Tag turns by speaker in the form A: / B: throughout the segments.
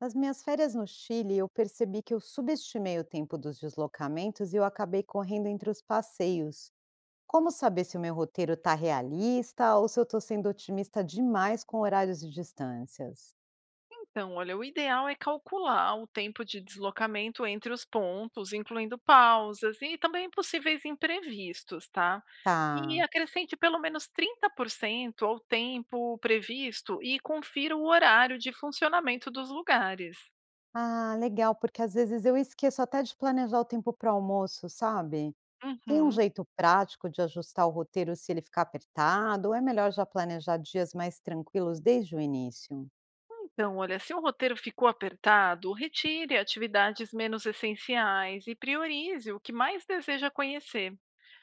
A: Nas minhas férias no Chile, eu percebi que eu subestimei o tempo dos deslocamentos e eu acabei correndo entre os passeios. Como saber se o meu roteiro está realista ou se eu estou sendo otimista demais com horários e distâncias?
B: Então, olha, o ideal é calcular o tempo de deslocamento entre os pontos, incluindo pausas e também possíveis imprevistos, tá? E
A: Tá.
B: acrescente pelo menos 30% ao tempo previsto e confira o horário de funcionamento dos lugares.
A: Ah, legal, porque às vezes eu esqueço até de planejar o tempo para almoço, sabe? Tem um
B: Uhum.
A: jeito prático de ajustar o roteiro se ele ficar apertado, ou é melhor já planejar dias mais tranquilos desde o início?
B: Então, olha, se o roteiro ficou apertado, retire atividades menos essenciais e priorize o que mais deseja conhecer.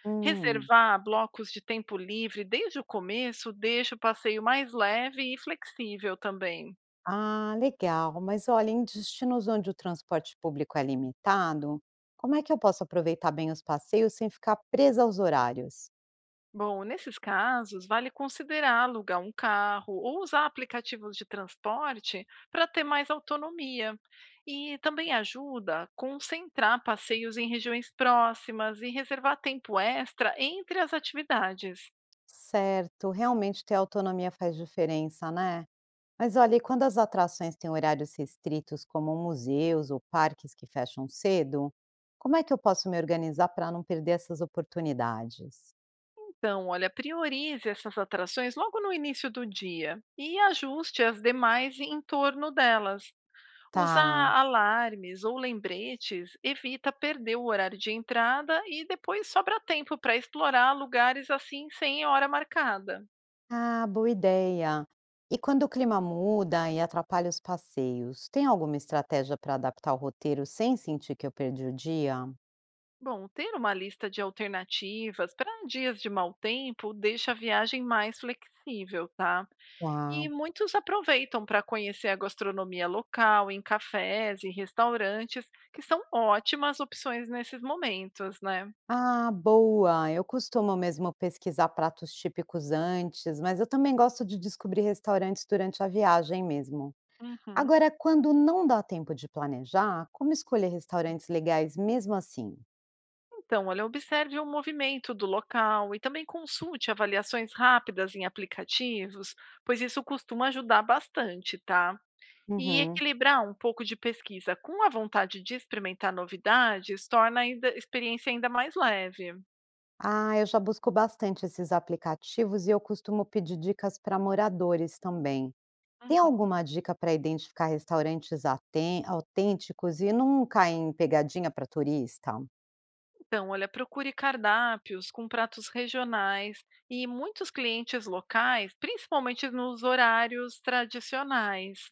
A: Hum.
B: Reservar blocos de tempo livre desde o começo deixa o passeio mais leve e flexível também.
A: Ah, legal. Mas olha, em destinos onde o transporte público é limitado, como é que eu posso aproveitar bem os passeios sem ficar presa aos horários?
B: Bom, nesses casos, vale considerar alugar um carro ou usar aplicativos de transporte para ter mais autonomia. E também ajuda a concentrar passeios em regiões próximas e reservar tempo extra entre as atividades.
A: Certo, realmente ter autonomia faz diferença, né? Mas olha, e quando as atrações têm horários restritos, como museus ou parques que fecham cedo, como é que eu posso me organizar para não perder essas oportunidades?
B: Então, olha, priorize essas atrações logo no início do dia e ajuste as demais em torno delas. Usar
A: Tá.
B: alarmes ou lembretes evita perder o horário de entrada e depois sobra tempo para explorar lugares assim sem hora marcada.
A: Ah, boa ideia. E quando o clima muda e atrapalha os passeios, tem alguma estratégia para adaptar o roteiro sem sentir que eu perdi o dia?
B: Bom, ter uma lista de alternativas para dias de mau tempo deixa a viagem mais flexível, tá? E
A: Uau.
B: muitos aproveitam para conhecer a gastronomia local em cafés e restaurantes, que são ótimas opções nesses momentos, né?
A: Ah, boa! Eu costumo mesmo pesquisar pratos típicos antes, mas eu também gosto de descobrir restaurantes durante a viagem mesmo.
B: Uhum.
A: Agora, quando não dá tempo de planejar, como escolher restaurantes legais mesmo assim?
B: Então, olha, observe o movimento do local e também consulte avaliações rápidas em aplicativos, pois isso costuma ajudar bastante, tá? E
A: Uhum.
B: equilibrar um pouco de pesquisa com a vontade de experimentar novidades torna a experiência ainda mais leve.
A: Ah, eu já busco bastante esses aplicativos e eu costumo pedir dicas para moradores também. Tem
B: Uhum.
A: alguma dica para identificar restaurantes aten autênticos e não cair em pegadinha para turista?
B: Então, olha, procure cardápios com pratos regionais e muitos clientes locais, principalmente nos horários tradicionais.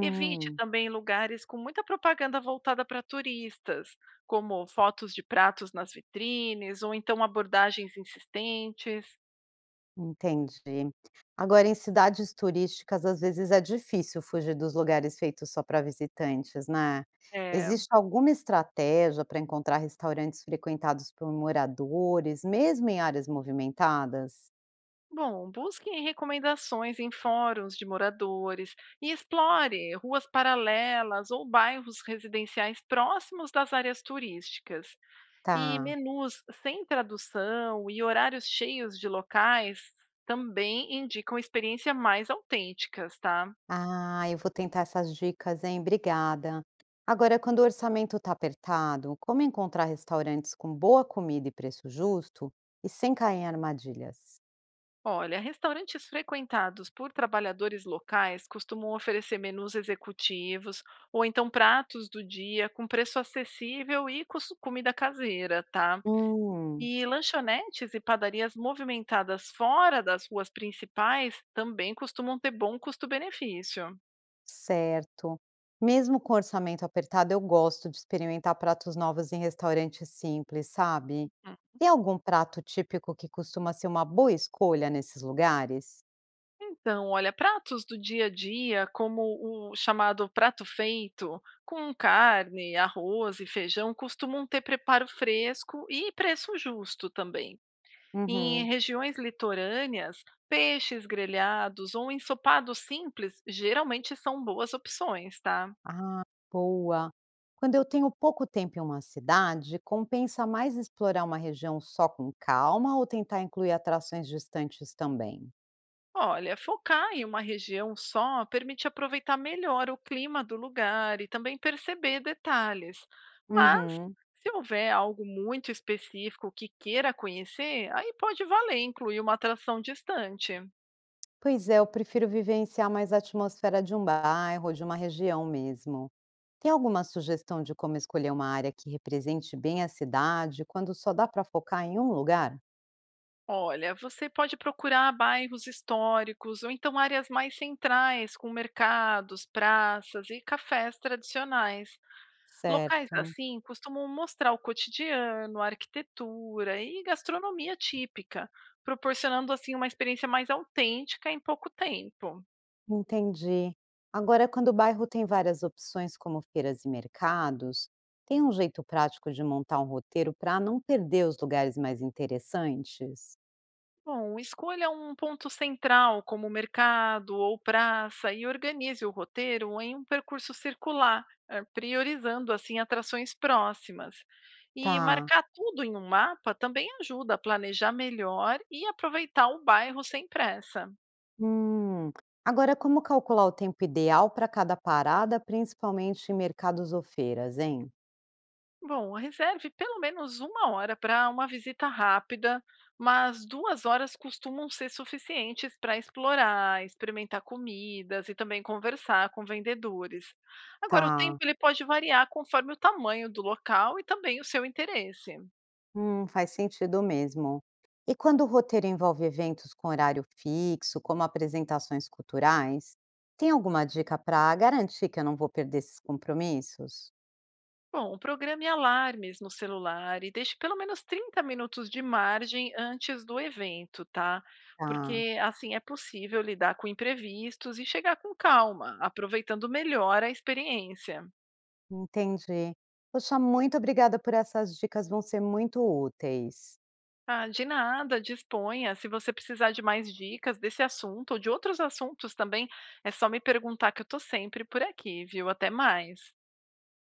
B: Evite também lugares com muita propaganda voltada para turistas, como fotos de pratos nas vitrines ou então abordagens insistentes.
A: entendi. Agora, em cidades turísticas, às vezes é difícil fugir dos lugares feitos só para visitantes, né?
B: É,
A: Existe alguma estratégia para encontrar restaurantes frequentados por moradores, mesmo em áreas movimentadas?
B: bom, busque recomendações em fóruns de moradores e explore ruas paralelas ou bairros residenciais próximos das áreas turísticas. E
A: Tá.
B: menus sem tradução e horários cheios de locais também indicam experiências mais autênticas, tá?
A: Ah, eu vou tentar essas dicas, hein? Obrigada. Agora, quando o orçamento está apertado, como encontrar restaurantes com boa comida e preço justo e sem cair em armadilhas?
B: Olha, restaurantes frequentados por trabalhadores locais costumam oferecer menus executivos ou então pratos do dia com preço acessível e comida caseira, tá?
A: Hum,
B: E lanchonetes e padarias movimentadas fora das ruas principais também costumam ter bom custo-benefício.
A: certo. Mesmo com orçamento apertado, eu gosto de experimentar pratos novos em restaurantes simples, sabe? Tem algum prato típico que costuma ser uma boa escolha nesses lugares?
B: Então, olha, pratos do dia a dia, como o chamado prato feito, com carne, arroz e feijão, costumam ter preparo fresco e preço justo também. Em
A: Uhum.
B: regiões litorâneas, peixes grelhados ou ensopados simples geralmente são boas opções, tá?
A: Ah, boa. Quando eu tenho pouco tempo em uma cidade, compensa mais explorar uma região só com calma ou tentar incluir atrações distantes também?
B: Olha, focar em uma região só permite aproveitar melhor o clima do lugar e também perceber detalhes. Mas,
A: Uhum.
B: se houver algo muito específico que queira conhecer, aí pode valer incluir uma atração distante.
A: Pois é, eu prefiro vivenciar mais a atmosfera de um bairro ou de uma região mesmo. Tem alguma sugestão de como escolher uma área que represente bem a cidade quando só dá para focar em um lugar?
B: Olha, você pode procurar bairros históricos ou então áreas mais centrais, com mercados, praças e cafés tradicionais. Locais
A: Certo.
B: assim costumam mostrar o cotidiano, a arquitetura e gastronomia típica, proporcionando assim uma experiência mais autêntica em pouco tempo.
A: Entendi. Agora, quando o bairro tem várias opções, como feiras e mercados, tem um jeito prático de montar um roteiro para não perder os lugares mais interessantes?
B: Bom, escolha um ponto central como mercado ou praça e organize o roteiro em um percurso circular, priorizando assim atrações próximas. E
A: Tá.
B: marcar tudo em um mapa também ajuda a planejar melhor e aproveitar o bairro sem pressa.
A: Hum. Agora, como calcular o tempo ideal para cada parada, principalmente em mercados ou feiras, hein?
B: Bom, reserve pelo menos 1 hora para uma visita rápida, mas 2 horas costumam ser suficientes para explorar, experimentar comidas e também conversar com vendedores. Agora, o tempo
A: Tá.
B: ele pode variar conforme o tamanho do local e também o seu interesse.
A: Faz sentido mesmo. E quando o roteiro envolve eventos com horário fixo, como apresentações culturais, tem alguma dica para garantir que eu não vou perder esses compromissos?
B: Bom, programe alarmes no celular e deixe pelo menos 30 minutos de margem antes do evento, tá?
A: Tá,
B: Porque assim é possível lidar com imprevistos e chegar com calma, aproveitando melhor a experiência.
A: entendi. Poxa, muito obrigada por essas dicas, vão ser muito úteis.
B: Ah, de nada, disponha. Se você precisar de mais dicas desse assunto ou de outros assuntos também, é só me perguntar que eu tô sempre por aqui, viu? Até mais.